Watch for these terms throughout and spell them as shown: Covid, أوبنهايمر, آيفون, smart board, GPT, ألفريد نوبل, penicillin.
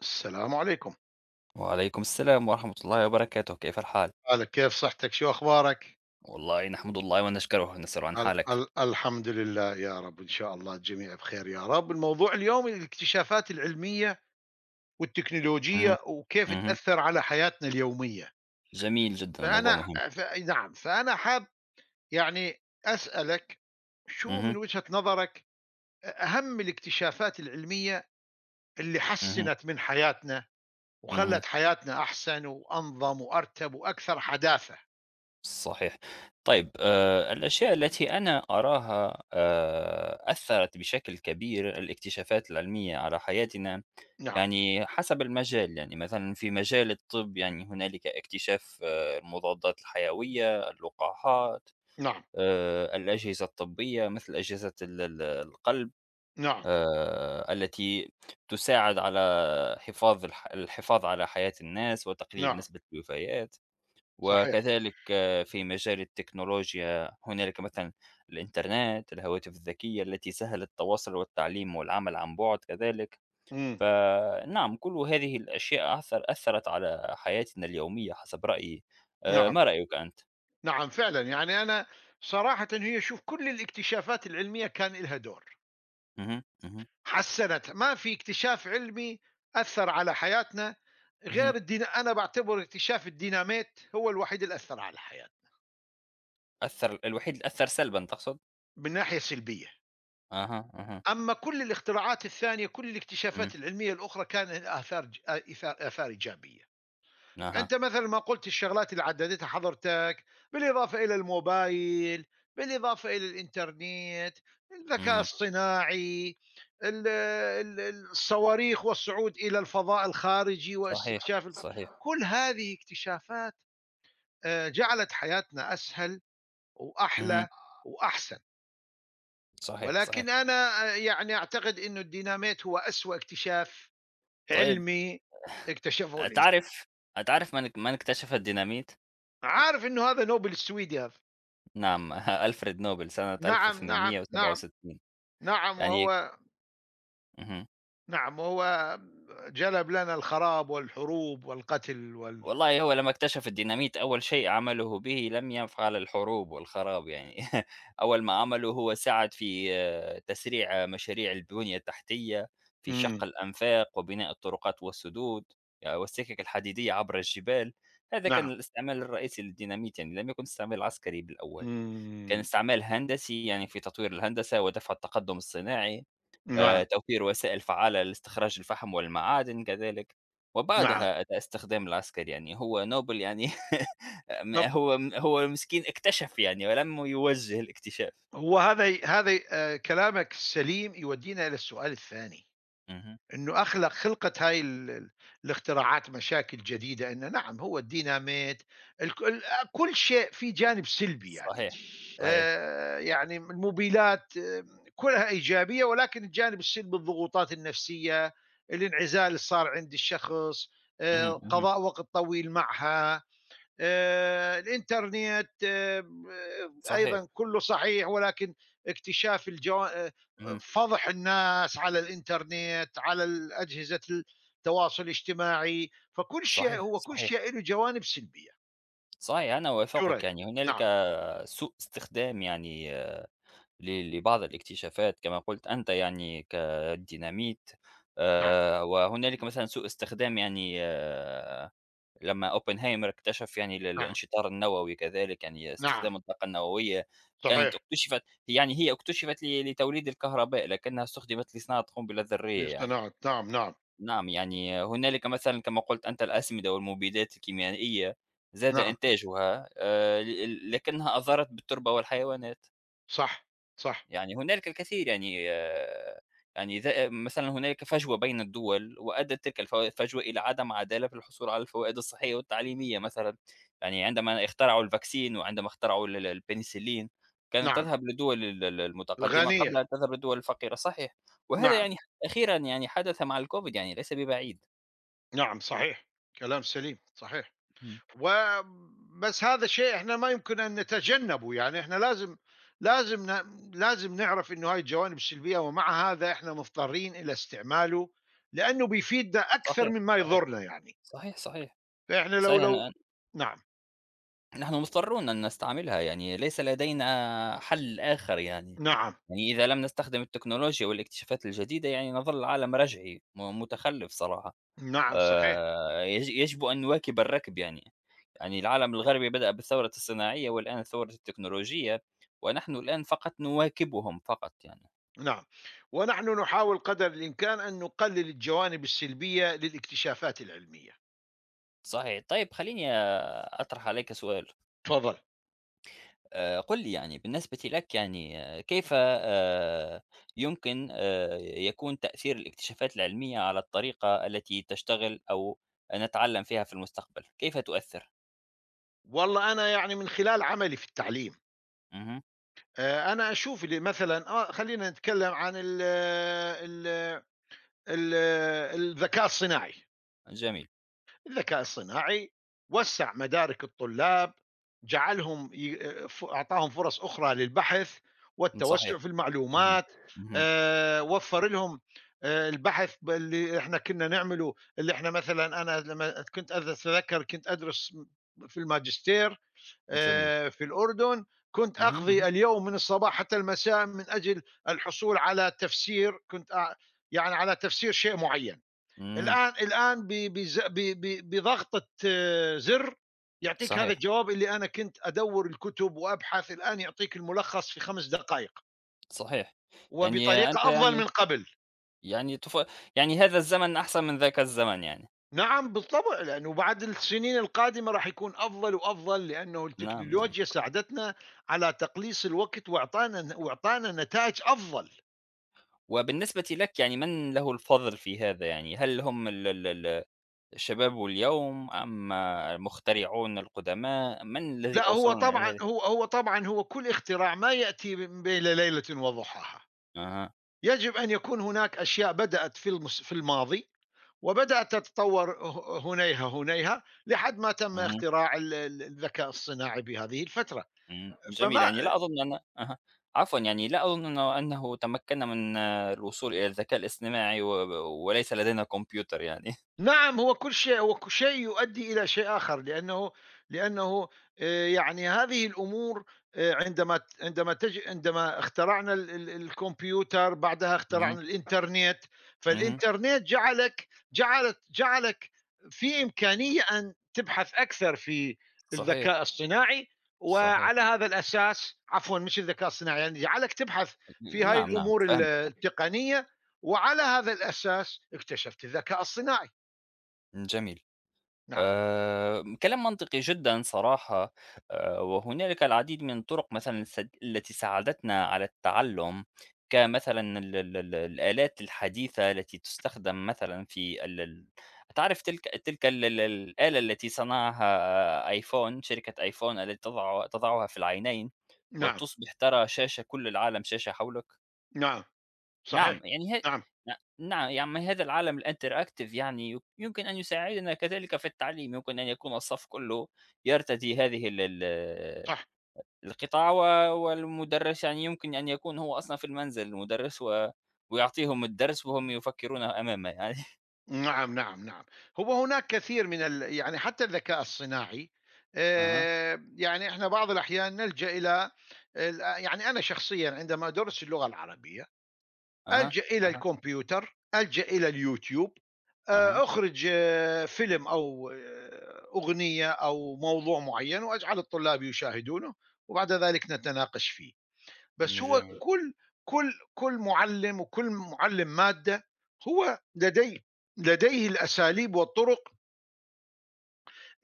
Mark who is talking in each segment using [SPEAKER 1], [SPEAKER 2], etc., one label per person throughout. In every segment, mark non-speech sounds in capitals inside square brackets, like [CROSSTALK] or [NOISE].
[SPEAKER 1] السلام عليكم.
[SPEAKER 2] وعليكم السلام ورحمة الله وبركاته، كيف الحال؟
[SPEAKER 1] قال كيف صحتك؟ شو أخبارك؟
[SPEAKER 2] والله نحمد الله ونشكره، نسأل عن
[SPEAKER 1] ال
[SPEAKER 2] حالك.
[SPEAKER 1] ال الحمد لله، يا رب، إن شاء الله الجميع بخير يا رب. الموضوع اليوم الاكتشافات العلمية
[SPEAKER 2] اهم،
[SPEAKER 1] والتكنولوجية وكيف
[SPEAKER 2] اهم.
[SPEAKER 1] تأثّر على حياتنا اليومية.
[SPEAKER 2] جميل جدًا، موضوع
[SPEAKER 1] فأنا
[SPEAKER 2] مهم.
[SPEAKER 1] ف نعم، فأنا حاب يعني أسألك، شو
[SPEAKER 2] اهم،
[SPEAKER 1] من وجهة نظرك أهم الاكتشافات العلمية اللي
[SPEAKER 2] اهم،
[SPEAKER 1] حسّنت من حياتنا
[SPEAKER 2] اهم.
[SPEAKER 1] وخلّت حياتنا أحسن وأنظم وأرتب وأكثر حداثة؟
[SPEAKER 2] صحيح. طيب، الأشياء التي أنا أراها أثّرت بشكل كبير، الاكتشافات العلمية على حياتنا.
[SPEAKER 1] نعم،
[SPEAKER 2] يعني حسب المجال، يعني مثلًا في مجال الطب يعني هنالك اكتشاف المضادات الحيوية، اللقاحات،
[SPEAKER 1] نعم،
[SPEAKER 2] الأجهزة الطبية مثل أجهزة ال القلب.
[SPEAKER 1] نعم،
[SPEAKER 2] التي تساعد على حفاظ الح الحفاظ على حياة الناس وتقليل
[SPEAKER 1] نعم،
[SPEAKER 2] نسبة الوفيات،
[SPEAKER 1] صحيح.
[SPEAKER 2] وكذلك في مجال التكنولوجيا هنالك مثلًا الإنترنت، الهواتف الذكية التي سهلت التواصل والتعليم والعمل عن بُعد كذلك.
[SPEAKER 1] إمم،
[SPEAKER 2] فنعم، كل هذه الأشياء أثّرت على حياتنا اليومية حسب رأيي.
[SPEAKER 1] نعم،
[SPEAKER 2] ما رأيك أنت؟
[SPEAKER 1] نعم فعلًا. يعني أنا صراحةً هي، شوف، كل الاكتشافات العلمية كان إلها دور،
[SPEAKER 2] اهم، اهم،
[SPEAKER 1] حسّنت. ما في اكتشاف علمي أثّر على حياتنا غير
[SPEAKER 2] اهم.
[SPEAKER 1] الدينا أنا باعتبر اكتشاف الديناميت هو الوحيد اللي أثّر على الحياة
[SPEAKER 2] الوحيد اللي أثّر سلبًا تقصد؟
[SPEAKER 1] من ناحية سلبية،
[SPEAKER 2] أها، أها.
[SPEAKER 1] أمّا كل الاختراعات الثانية، كل
[SPEAKER 2] إمم.
[SPEAKER 1] الاكتشافات العلمية الأخرى كان لها آثار ج آ إثا آثار إيجابية.
[SPEAKER 2] أها.
[SPEAKER 1] أنت مثل ما قُلت الشغلات اللي عدّدتها حضرتك، بالإضافة إلى الموبايل، بالإضافة إلى الإنترنت، الذكاء
[SPEAKER 2] إمم.
[SPEAKER 1] الصناعي، الصواريخ والصعود إلى الفضاء الخارجي
[SPEAKER 2] صحيح،
[SPEAKER 1] واستكشاف
[SPEAKER 2] صحيح.
[SPEAKER 1] كل هذه اكتشافات جعلت حياتنا أسهل
[SPEAKER 2] اهم.
[SPEAKER 1] وأحلى وأحسن.
[SPEAKER 2] صحيح، صحيح.
[SPEAKER 1] ولكن أنا يعني أعتقد إنه الديناميت هو أسوأ اكتشاف
[SPEAKER 2] طيب،
[SPEAKER 1] علمي اكتشفه الإنسان.
[SPEAKER 2] تعرف، تعرف من اكتشف الديناميت؟
[SPEAKER 1] عارف إنه هذا نوبل السويدي هذا.
[SPEAKER 2] نعم، [LAUGHS] ألفريد نوبل سنة
[SPEAKER 1] نعم، نعم، نعم،
[SPEAKER 2] 1867.
[SPEAKER 1] نعم،
[SPEAKER 2] يعني
[SPEAKER 1] وهو
[SPEAKER 2] اهم.
[SPEAKER 1] نعم، وهو جلب لنا الخراب والحروب والقتل
[SPEAKER 2] والله هو لمّا اكتشف الديناميت أول شيء عمله به لم يفعل الحروب والخراب يعني. [LAUGHS] أول ما عمله هو ساعد في تسريع مشاريع البنية التحتية، في شق
[SPEAKER 1] إمم،
[SPEAKER 2] الأنفاق وبناء الطرقات والسدود، يعني والسكك الحديدية عبر الجبال. هذا كان
[SPEAKER 1] نعم،
[SPEAKER 2] الاستعمال الرئيسي للديناميت، يعني لم يكن استعمال عسكري بالأول، كان
[SPEAKER 1] إمم،
[SPEAKER 2] استعمال هندسي يعني في تطوير الهندسة ودفع التقدم الصناعي.
[SPEAKER 1] نعم،
[SPEAKER 2] توفير وسائل فعّالة لاستخراج الفحم والمعادن كذلك.
[SPEAKER 1] نعم،
[SPEAKER 2] وبعدها أتى استخدام العسكر، يعني هو نوبل يعني [LAUGHS] م
[SPEAKER 1] طب
[SPEAKER 2] هو م هو مسكين اكتشف يعني ولم يوجّه الاكتشاف.
[SPEAKER 1] هو هذا ي هذا ي كلامك السليم يودينا إلى السؤال الثاني.
[SPEAKER 2] اهم.
[SPEAKER 1] إنه خلقت هاي ال ال الاختراعات مشاكل جديدة؟ إنه نعم، هو الديناميت، الك ال آه، كل شيء فيه جانب سلبي يعني.
[SPEAKER 2] صحيح، صحيح.
[SPEAKER 1] يعني الموبيلات، كلها إيجابية، ولكن الجانب السلبي: الضغوطات النفسية، الانعزال الصار عند الشخص،
[SPEAKER 2] اهم، اهم.
[SPEAKER 1] قضاء وقت طويل معها. الانترنت
[SPEAKER 2] صحيح.
[SPEAKER 1] ايضا كله صحيح، ولكن اكتشاف الجو... آه،
[SPEAKER 2] اهم.
[SPEAKER 1] فضح الناس على الانترنت، على اجهزه التواصل الاجتماعي. فكل شيء
[SPEAKER 2] صحيح،
[SPEAKER 1] هو كل
[SPEAKER 2] صحيح.
[SPEAKER 1] شيء له جوانب سلبيه.
[SPEAKER 2] صحيح، أنا
[SPEAKER 1] شو
[SPEAKER 2] أوافقك،
[SPEAKER 1] رايك؟
[SPEAKER 2] يعني هنالك
[SPEAKER 1] نعم،
[SPEAKER 2] سوء استخدام يعني لبعض الاكتشافات كما قُلت أنت يعني كالديناميت.
[SPEAKER 1] نعم،
[SPEAKER 2] وهنالك مثلًا سوء استخدام يعني لمّا أوبنهايمر اكتشف يعني
[SPEAKER 1] نعم،
[SPEAKER 2] الانشطار النووي كذلك، يعني
[SPEAKER 1] نعم،
[SPEAKER 2] استخدام الطاقة النووية. كانت
[SPEAKER 1] صحيح.
[SPEAKER 2] اُكتشفت، يعني هي اُكتشفت لتوليد الكهرباء، لكنها استخدمت لصناعة قنبلة ذرية يعني.
[SPEAKER 1] للصناعة نعم، نعم،
[SPEAKER 2] نعم، يعني هنالك مثلًا كما قُلت أنت الأسمدة والمبيدات الكيميائية زاد
[SPEAKER 1] نعم، نعم.
[SPEAKER 2] إنتاجها، ل لكنها أضرت بالتربة والحيوانات.
[SPEAKER 1] صح، صح،
[SPEAKER 2] يعني هنالك الكثير يعني يعني ذا مثلًا هنالك فجوة بين الدول، وأدت تلك الفجوة إلى عدم عدالة في الحصول على الفوائد الصحية والتعليمية مثلًا. يعني عندما اخترعوا الفاكسين، وعندما اخترعوا ال الpenicillin كانت
[SPEAKER 1] نعم،
[SPEAKER 2] تذهب للدول ال المتقدمة قبل
[SPEAKER 1] الغنية،
[SPEAKER 2] أن تذهب للدول الفقيرة، صحيح. وهذا
[SPEAKER 1] نعم،
[SPEAKER 2] يعني أخيرًا يعني حدث مع الCovid يعني ليس ببعيد.
[SPEAKER 1] نعم، صحيح، كلام سليم صحيح.
[SPEAKER 2] إمم.
[SPEAKER 1] و بس هذا شيء إحنا ما يمكن أن نتجنّبه. يعني إحنا لازم، لازم ن لازم نعرف إنه هاي الجوانب السلبية، ومع هذا إحنا مضطرين إلى استعماله، لأنه بيفيدنا أكثر
[SPEAKER 2] صحيح،
[SPEAKER 1] مما
[SPEAKER 2] صحيح،
[SPEAKER 1] يضُرنا يعني.
[SPEAKER 2] صحيح، صحيح.
[SPEAKER 1] فإحنا لو
[SPEAKER 2] صحيح،
[SPEAKER 1] لو
[SPEAKER 2] أنا،
[SPEAKER 1] نعم،
[SPEAKER 2] نحن مضطرون أن نستعملها، يعني ليس لدينا حل آخر يعني.
[SPEAKER 1] نعم،
[SPEAKER 2] يعني إذا لم نستخدم التكنولوجيا والاكتشافات الجديدة، يعني نظل العالم رجعي متخلف صراحة.
[SPEAKER 1] نعم صحيح،
[SPEAKER 2] يج يجب أن نواكب الركب يعني. يعني العالم الغربي بدأ بالثورة الصناعية والآن الثورة التكنولوجية، ونحن الآن فقط نواكبهم فقط يعني.
[SPEAKER 1] نعم. ونحن نحاول قدر الإمكان أن نقلّل الجوانب السلبية للاكتشافات العلمية.
[SPEAKER 2] صحيح. طيب، خلّيني أطرح عليك سؤال.
[SPEAKER 1] تفضّل.
[SPEAKER 2] قُل لي، يعني بالنسبة لك يعني كيف يمكن يكون تأثير الاكتشافات العلمية على الطريقة التي تشتغل أو نتعلم فيها في المستقبل؟ كيف تؤثر؟
[SPEAKER 1] والله أنا يعني من خلال عملي في التعليم
[SPEAKER 2] اهم.
[SPEAKER 1] أنا أشوف اللي مثلًا، خلّينا نتكلّم عن ال ال ال الذكاء الصناعي.
[SPEAKER 2] جميل.
[SPEAKER 1] الذكاء الصناعي وسّع مدارك الطلاب، جعلهم ي ف أعطاهم فرص أخرى للبحث
[SPEAKER 2] صحيح.
[SPEAKER 1] والتوسّع في
[SPEAKER 2] اهم،
[SPEAKER 1] المعلومات.
[SPEAKER 2] اهم.
[SPEAKER 1] وفّر لهم، البحث اللي إحنا كنّا نعمله. اللي إحنا مثلًا، أنا لمّا كنت أتذكّر كنت أدرس في الماجستير،
[SPEAKER 2] جميل.
[SPEAKER 1] في الأردن، كنت
[SPEAKER 2] اهم، اهم.
[SPEAKER 1] أقضي اليوم من الصباح حتى المساء من أجل الحصول على تفسير. يعني على تفسير شيء معين.
[SPEAKER 2] إمم.
[SPEAKER 1] الآن، بضغطة زر، يعطيك هذا
[SPEAKER 2] صحيح،
[SPEAKER 1] الجواب اللي أنا كنت أدور الكتب وأبحث. الآن يعطيك الملخص في 5 دقائق
[SPEAKER 2] صحيح. يعني أنت،
[SPEAKER 1] وبطريقة أفضل
[SPEAKER 2] يعني،
[SPEAKER 1] من قبل.
[SPEAKER 2] يعني، يعني هذا الزمن أحسن من ذاك الزمن يعني.
[SPEAKER 1] نعم بالطبع، لأنه بعد السنين القادمة راح يكون أفضل وأفضل، لأنه
[SPEAKER 2] نعم، نعم.
[SPEAKER 1] التكنولوجيا ساعدتنا على تقليص الوقت وأعطانا نتائج أفضل.
[SPEAKER 2] وبالنسبة لك يعني من له الفضل في هذا يعني؟ هل هم ال ال ال شباب اليوم أم المخترعون القدماء؟ من الذي
[SPEAKER 1] لأ، هو
[SPEAKER 2] أوصلنا إلى
[SPEAKER 1] طبعًا،
[SPEAKER 2] هذه؟
[SPEAKER 1] هو كل اختراع ما يأتي بين ليلة وضحاها.
[SPEAKER 2] أها.
[SPEAKER 1] يجب أن يكون هناك أشياء بدأت في الماضي، وبدأت تتطور هنيها هنيها لحد ما تم
[SPEAKER 2] اهم.
[SPEAKER 1] اختراع ال ال الذكاء الصناعي بهذه الفترة.
[SPEAKER 2] إمم،
[SPEAKER 1] فما
[SPEAKER 2] جميل. يعني لا أظن أن، أها، عفوًا، يعني لا أظن أنه تمكنا من الوصول إلى الذكاء الاصطناعي، و وليس لدينا كمبيوتر يعني.
[SPEAKER 1] نعم، هو كل شيء، هو ك شيء يؤدي إلى شيء آخر. لأنه يعني هذه الأمور، عندما ت عندما تج عندما اخترعنا ال ال الكمبيوتر، بعدها
[SPEAKER 2] اهم،
[SPEAKER 1] اخترعنا الإنترنت.
[SPEAKER 2] اهم.
[SPEAKER 1] فالإنترنت جعلك في إمكانية أن تبحث أكثر في
[SPEAKER 2] صحيح،
[SPEAKER 1] الذكاء الصناعي،
[SPEAKER 2] صحيح.
[SPEAKER 1] وعلى هذا الأساس، عفوًا، مش الذكاء الصناعي، يعني جعلك تبحث في هاي
[SPEAKER 2] نعم، نعم،
[SPEAKER 1] الأمور
[SPEAKER 2] فهمتك.
[SPEAKER 1] التقنية، وعلى هذا الأساس اكتشفت الذكاء الصناعي.
[SPEAKER 2] جميل.
[SPEAKER 1] نعم،
[SPEAKER 2] كلام منطقي جدًا صراحة. وهنالك العديد من الطرق مثلًا التي ساعدتنا على التعلم، كمثلًا ال ال ال الآلات الحديثة التي تستخدم مثلًا في ال ال تعرف، تلك ال الآلة التي صنعها آيفون، شركة آيفون، التي تضعها في العينين،
[SPEAKER 1] نعم،
[SPEAKER 2] وتصبح ترى شاشة كل العالم، شاشة حولك؟
[SPEAKER 1] نعم، صحيح،
[SPEAKER 2] نعم، يعني ه،
[SPEAKER 1] نعم،
[SPEAKER 2] نعم، يعني هذا العالم الinteractive يعني يمكن أن يساعدنا كذلك في التعليم، يمكن أن يكون الصف كله يرتدي هذه ال ال
[SPEAKER 1] صح،
[SPEAKER 2] القطاع، و والمدرس يعني يمكن أن يكون هو أصلًا في المنزل، المدرس و ويعطيهم الدرس وهم يفكرون أمامه يعني.
[SPEAKER 1] نعم، نعم، نعم، هو هناك كثير من يعني حتى الذكاء الصناعي،
[SPEAKER 2] [LAUGHS] أها،
[SPEAKER 1] يعني إحنا بعض الأحيان نلجأ إلى يعني أنا شخصيًا عندما أدرس اللغة العربية،
[SPEAKER 2] أها،
[SPEAKER 1] ألجأ إلى
[SPEAKER 2] أها،
[SPEAKER 1] الكمبيوتر، ألجأ إلى اليوتيوب،
[SPEAKER 2] أها.
[SPEAKER 1] أخرج فيلم، أو أغنية، أو موضوع معين، وأجعل الطلاب يشاهدونه، وبعد ذلك نتناقش فيه. بس هو،
[SPEAKER 2] جميل.
[SPEAKER 1] كل مُعلِّم، وكل مُعلِّم مادة، هو لديه، الأساليب والطُرق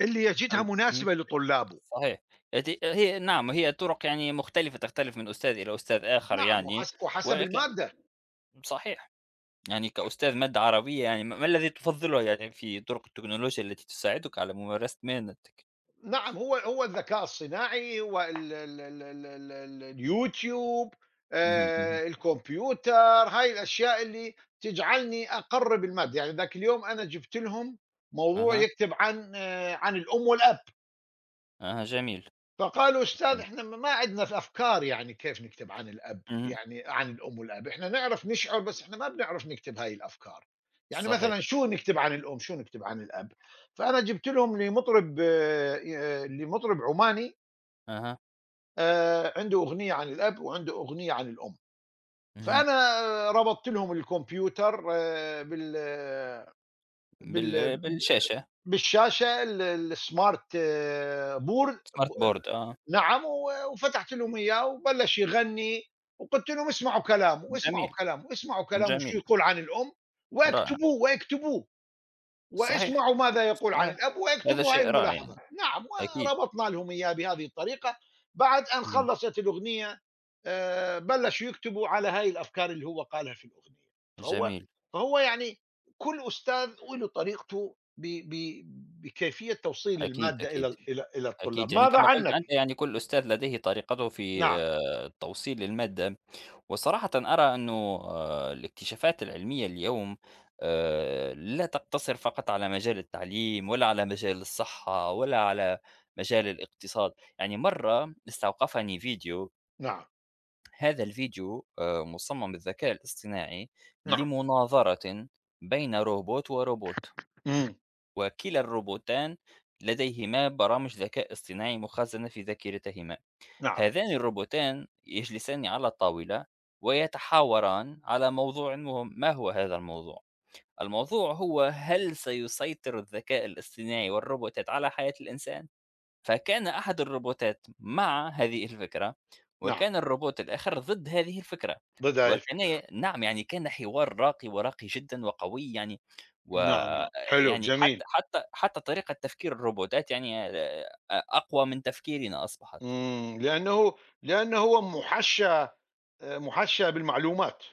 [SPEAKER 1] اللي يجدها
[SPEAKER 2] امم. اهم.
[SPEAKER 1] مناسبة لطلابه.
[SPEAKER 2] صحيح. هذه هي، نعم، هي طرق يعني مختلفة، تختلف من أستاذ إلى أستاذ آخر
[SPEAKER 1] نعم،
[SPEAKER 2] يعني،
[SPEAKER 1] وحسب
[SPEAKER 2] ولكن
[SPEAKER 1] المادة.
[SPEAKER 2] صحيح. يعني كأستاذ مادة عربية، يعني ما الذي تفضله يعني في طرق التكنولوجيا التي تساعدك على ممارسة مهنتك؟
[SPEAKER 1] نعم، هو الذكاء الصناعي، هو ال ال ال ال ال ال الYouTube،
[SPEAKER 2] اهم. اهم.
[SPEAKER 1] الكمبيوتر، هاي الأشياء اللي تجعلني أقرِّب المادة. يعني ذاك اليوم أنا جِبت لهم موضوع
[SPEAKER 2] أها.
[SPEAKER 1] يكتب عن الأم والأب.
[SPEAKER 2] أها، جميل.
[SPEAKER 1] فقالوا: "أستاذ،
[SPEAKER 2] جميل.
[SPEAKER 1] إحنا ما عندنا في أفكار، يعني كيف نكتب عن الأب،
[SPEAKER 2] اهم.
[SPEAKER 1] يعني عن الأم والأب. إحنا نعرف نشعر، بس إحنا ما بنعرف نكتب هاي الأفكار. يعني
[SPEAKER 2] صحيح.
[SPEAKER 1] مثلًا شو نكتب عن الأم، شو نكتب عن الأب؟" فأنا جبت لهم لمطرب عماني
[SPEAKER 2] أها.
[SPEAKER 1] عنده أغنية عن الأب وعنده أغنية عن الأم.
[SPEAKER 2] اهم.
[SPEAKER 1] فأنا ربطت لهم الكمبيوتر بال
[SPEAKER 2] بالشاشة
[SPEAKER 1] بالشاشة الsmart board
[SPEAKER 2] smart board،
[SPEAKER 1] نعم. و وفتحت لهم إياه وبلش يغني. وقُلت لهم: "اسمعوا كلامه، اسمعوا
[SPEAKER 2] جميل،
[SPEAKER 1] كلامه، اسمعوا كلامه، شو
[SPEAKER 2] جميل،
[SPEAKER 1] يقول عن الأم؟
[SPEAKER 2] رائع.
[SPEAKER 1] واكتبوه، واكتبوه.
[SPEAKER 2] صحيح،
[SPEAKER 1] واسمعوا ماذا يقول عن
[SPEAKER 2] صحيح.
[SPEAKER 1] الأب
[SPEAKER 2] هذا
[SPEAKER 1] واكتبوا
[SPEAKER 2] شيء
[SPEAKER 1] هاي
[SPEAKER 2] رائع
[SPEAKER 1] الملاحظة."
[SPEAKER 2] يعني،
[SPEAKER 1] نعم.
[SPEAKER 2] أكيد.
[SPEAKER 1] وربطنا لهم إياه بهذه الطريقة، بعد أن
[SPEAKER 2] اهم،
[SPEAKER 1] خلصت الأغنية، بلشوا يكتبوا على هاي الأفكار اللي هو قالها في الأغنية. فهو
[SPEAKER 2] جميل.
[SPEAKER 1] فهو يعني كل أستاذ وله طريقته ب ب بكيفية توصيل
[SPEAKER 2] أكيد،
[SPEAKER 1] المادة إلى
[SPEAKER 2] أكيد،
[SPEAKER 1] الطلاب.
[SPEAKER 2] أكيد. يعني
[SPEAKER 1] ماذا
[SPEAKER 2] كما قلت
[SPEAKER 1] عنك؟
[SPEAKER 2] أنت، يعني كل أستاذ لديه طريقته في
[SPEAKER 1] نعم،
[SPEAKER 2] توصيل المادة. وصراحةً أرى إنه الاكتشافات العلمية اليوم لا تقتصر فقط على مجال التعليم، ولا على مجال الصحة، ولا على مجال الاقتصاد. يعني مرّة استوقفني فيديو،
[SPEAKER 1] نعم،
[SPEAKER 2] هذا الفيديو مُصمم بالذكاء الاصطناعي
[SPEAKER 1] نعم،
[SPEAKER 2] لمناظرة بين روبوت وروبوت،
[SPEAKER 1] مم،
[SPEAKER 2] وكلا الروبوتان لديهما برامج ذكاء اصطناعي مخزنة في ذاكرتهما.
[SPEAKER 1] نعم،
[SPEAKER 2] هذان الروبوتان يجلسان على الطاولة ويتحاوران على موضوع مهم. ما هو هذا الموضوع؟ الموضوع هو: هل سيسيطر الذكاء الاصطناعي والروبوتات على حياة الإنسان؟ فكان أحد الروبوتات مع هذه الفكرة،
[SPEAKER 1] نعم،
[SPEAKER 2] وكان الروبوت الآخر ضد هذه الفكرة.
[SPEAKER 1] ضد هاي
[SPEAKER 2] وكان،
[SPEAKER 1] الفكرة، نعم،
[SPEAKER 2] نعم، يعني كان حوار راقي، وراقي جدا وقوي يعني،
[SPEAKER 1] نعم، نعم. حلو،
[SPEAKER 2] ويعني
[SPEAKER 1] جميل.
[SPEAKER 2] حتى طريقة تفكير الروبوتات يعني أقوى من تفكيرنا أصبحت.
[SPEAKER 1] مم، لأنه، هو محشى مُحشّى بالمعلومات.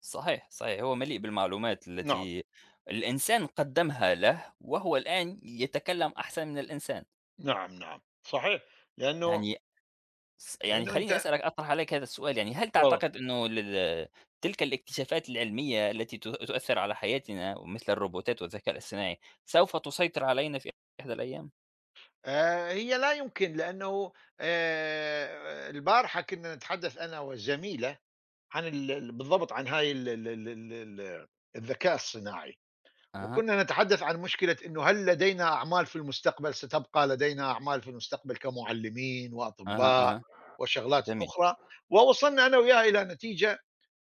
[SPEAKER 2] صحيح، صحيح، هو مليء بالمعلومات
[SPEAKER 1] نعم،
[SPEAKER 2] التي الإنسان قدّمها له، وهو الآن يتكلّم أحسن من الإنسان.
[SPEAKER 1] نعم، نعم، صحيح، لأنه،
[SPEAKER 2] يعني يعني
[SPEAKER 1] لأنه
[SPEAKER 2] خلّيني
[SPEAKER 1] أنت،
[SPEAKER 2] أسألك، أطرح عليك هذا السؤال يعني، هل
[SPEAKER 1] تفضل.
[SPEAKER 2] تعتقد إنه تلك الاكتشافات العلمية التي تؤثّر على حياتنا مثل الروبوتات والذكاء الاصطناعي، سوف تسيطر علينا في إحدى الأيام؟
[SPEAKER 1] هي لا يمكن، لأنه البارحة كنا نتحدث أنا والزميلة عن ال ال بالضبط عن هاي ال ال ال ال ال الذكاء الصناعي،
[SPEAKER 2] أها،
[SPEAKER 1] وكنا نتحدث عن مشكلة، إنه هل لدينا أعمال في المستقبل، ستبقى لدينا أعمال في المستقبل كمُعلّمين
[SPEAKER 2] أها،
[SPEAKER 1] وأطباء
[SPEAKER 2] أها.
[SPEAKER 1] وشغلاتٍ
[SPEAKER 2] جميل.
[SPEAKER 1] أخرى؟ ووصلنا أنا وياها إلى نتيجة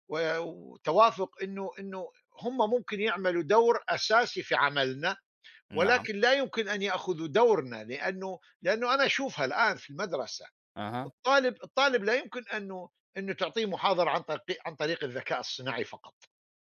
[SPEAKER 1] و وتوافق إنه، هم ممكن يعملوا دور أساسي في عملنا،
[SPEAKER 2] نعم.
[SPEAKER 1] ولكن لا يمكن أن يأخذوا دورنا. لأنه، أنا أشوفها الآن في المدرسة،
[SPEAKER 2] أها،
[SPEAKER 1] الطالب لا يمكن أنه تعطيه محاضرة عن طريق الذكاء الصناعي فقط.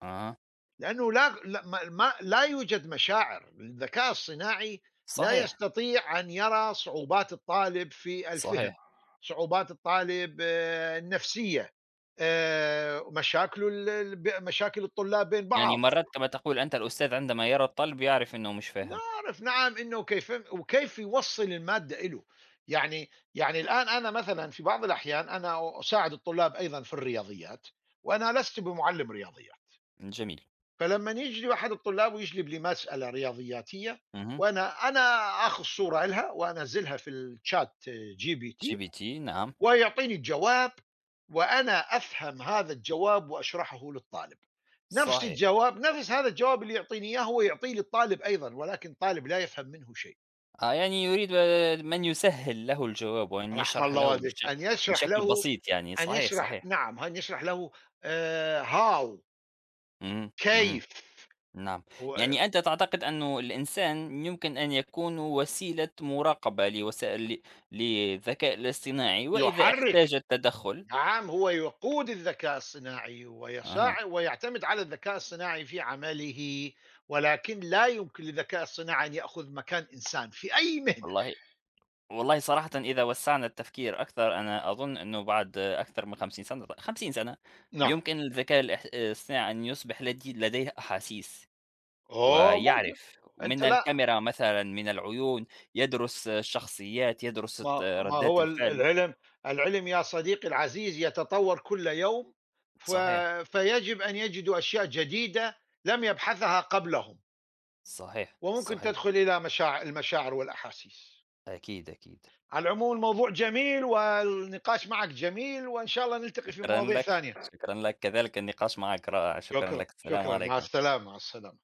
[SPEAKER 2] أها.
[SPEAKER 1] لأنه، لا لا ما ما لا يوجد مشاعر. الذكاء الصناعي لا
[SPEAKER 2] صحيح،
[SPEAKER 1] يستطيع أن يرى صعوبات الطالب في الفهم،
[SPEAKER 2] صحيح.
[SPEAKER 1] صعوبات الطالب النفسية، مشاكله ال ال ب مشاكل الطلاب بين
[SPEAKER 2] يعني
[SPEAKER 1] بعض.
[SPEAKER 2] مرّات كما تقول أنت الأستاذ عندما يرى الطالب يعرف أنه مش فاهم.
[SPEAKER 1] نعرف، نعم، إنه كيف وكيف يوصّل المادة إله. يعني الآن أنا مثلًا في بعض الأحيان أنا أساعد الطلاب أيضًا في الرياضيات، وأنا لست بمُعلِّم رياضيات.
[SPEAKER 2] جميل.
[SPEAKER 1] فلمّن يجي واحد الطلاب ويجلب لي مسألة رياضياتية،
[SPEAKER 2] اهم.
[SPEAKER 1] وأنا آخذ صورة لها وأنزّلها في الchat GPT،
[SPEAKER 2] GPT، نعم.
[SPEAKER 1] ويعطيني الجواب، وأنا أفهم هذا الجواب وأشرحه للطالب.
[SPEAKER 2] صحيح.
[SPEAKER 1] نفس هذا الجواب اللي يعطيني إياه، هو يعطيه للطالب أيضًا، ولكن الطالب لا يفهم منه شيء.
[SPEAKER 2] يعني يريد من يسهّل له الجواب وأن
[SPEAKER 1] رحم
[SPEAKER 2] يشرح
[SPEAKER 1] الله
[SPEAKER 2] له
[SPEAKER 1] والديك، أن يشرح
[SPEAKER 2] بشكل
[SPEAKER 1] له،
[SPEAKER 2] بسيط يعني.
[SPEAKER 1] أن
[SPEAKER 2] صحيح،
[SPEAKER 1] يشرح
[SPEAKER 2] صحيح.
[SPEAKER 1] نعم، أن يشرح له، how،
[SPEAKER 2] إمم، إمم.
[SPEAKER 1] كيف.
[SPEAKER 2] نعم.
[SPEAKER 1] هو
[SPEAKER 2] يعني أنت تعتقد أنه الإنسان يمكن أن يكون وسيلة مراقبة لوسائل للذكاء الاصطناعي، وإذا احتاج
[SPEAKER 1] يحرِّك.
[SPEAKER 2] التدخُّل.
[SPEAKER 1] نعم، هو يقود الذكاء الصناعي
[SPEAKER 2] أها.
[SPEAKER 1] ويعتمد على الذكاء الصناعي في عمله، ولكن لا يمكن للذكاء الصناعي أن يأخذ مكان إنسان في أي مهنة.
[SPEAKER 2] والله، والله صراحةً، إذا وسّعنا التفكير أكثر، أنا أظن أنه بعد أكثر من 50 سنة، 50 سنة،
[SPEAKER 1] نعم،
[SPEAKER 2] يمكن للذكاء الاصطناعي أن يصبح لديه أحاسيس.
[SPEAKER 1] آه ممكن،
[SPEAKER 2] ويعرف
[SPEAKER 1] أنت
[SPEAKER 2] من
[SPEAKER 1] لأ،
[SPEAKER 2] الكاميرا مثلًا، من العيون، يدرس الشخصيات، يدرس
[SPEAKER 1] ما
[SPEAKER 2] ردات
[SPEAKER 1] هو
[SPEAKER 2] الفعل.
[SPEAKER 1] العلم. العلم يا صديقي العزيز يتطور كل يوم، ف
[SPEAKER 2] صحيح،
[SPEAKER 1] فيجب أن يجدوا أشياء جديدة لم يبحثها قبلهم،
[SPEAKER 2] صحيح،
[SPEAKER 1] وممكن
[SPEAKER 2] صحيح.
[SPEAKER 1] تدخل إلى المشاعر والأحاسيس.
[SPEAKER 2] أكيد، أكيد.
[SPEAKER 1] على العموم، الموضوع جميل والنقاش معك جميل، وإن شاء الله نلتقي في
[SPEAKER 2] شكرًا
[SPEAKER 1] مواضيع
[SPEAKER 2] لك،
[SPEAKER 1] ثانية.
[SPEAKER 2] شكرًا لك، كذلك النقاش معك رائع. شكرًا
[SPEAKER 1] شكرًا،
[SPEAKER 2] لك، السلام
[SPEAKER 1] شكرًا، مع
[SPEAKER 2] عليكم.
[SPEAKER 1] السلامة، مع السلامة.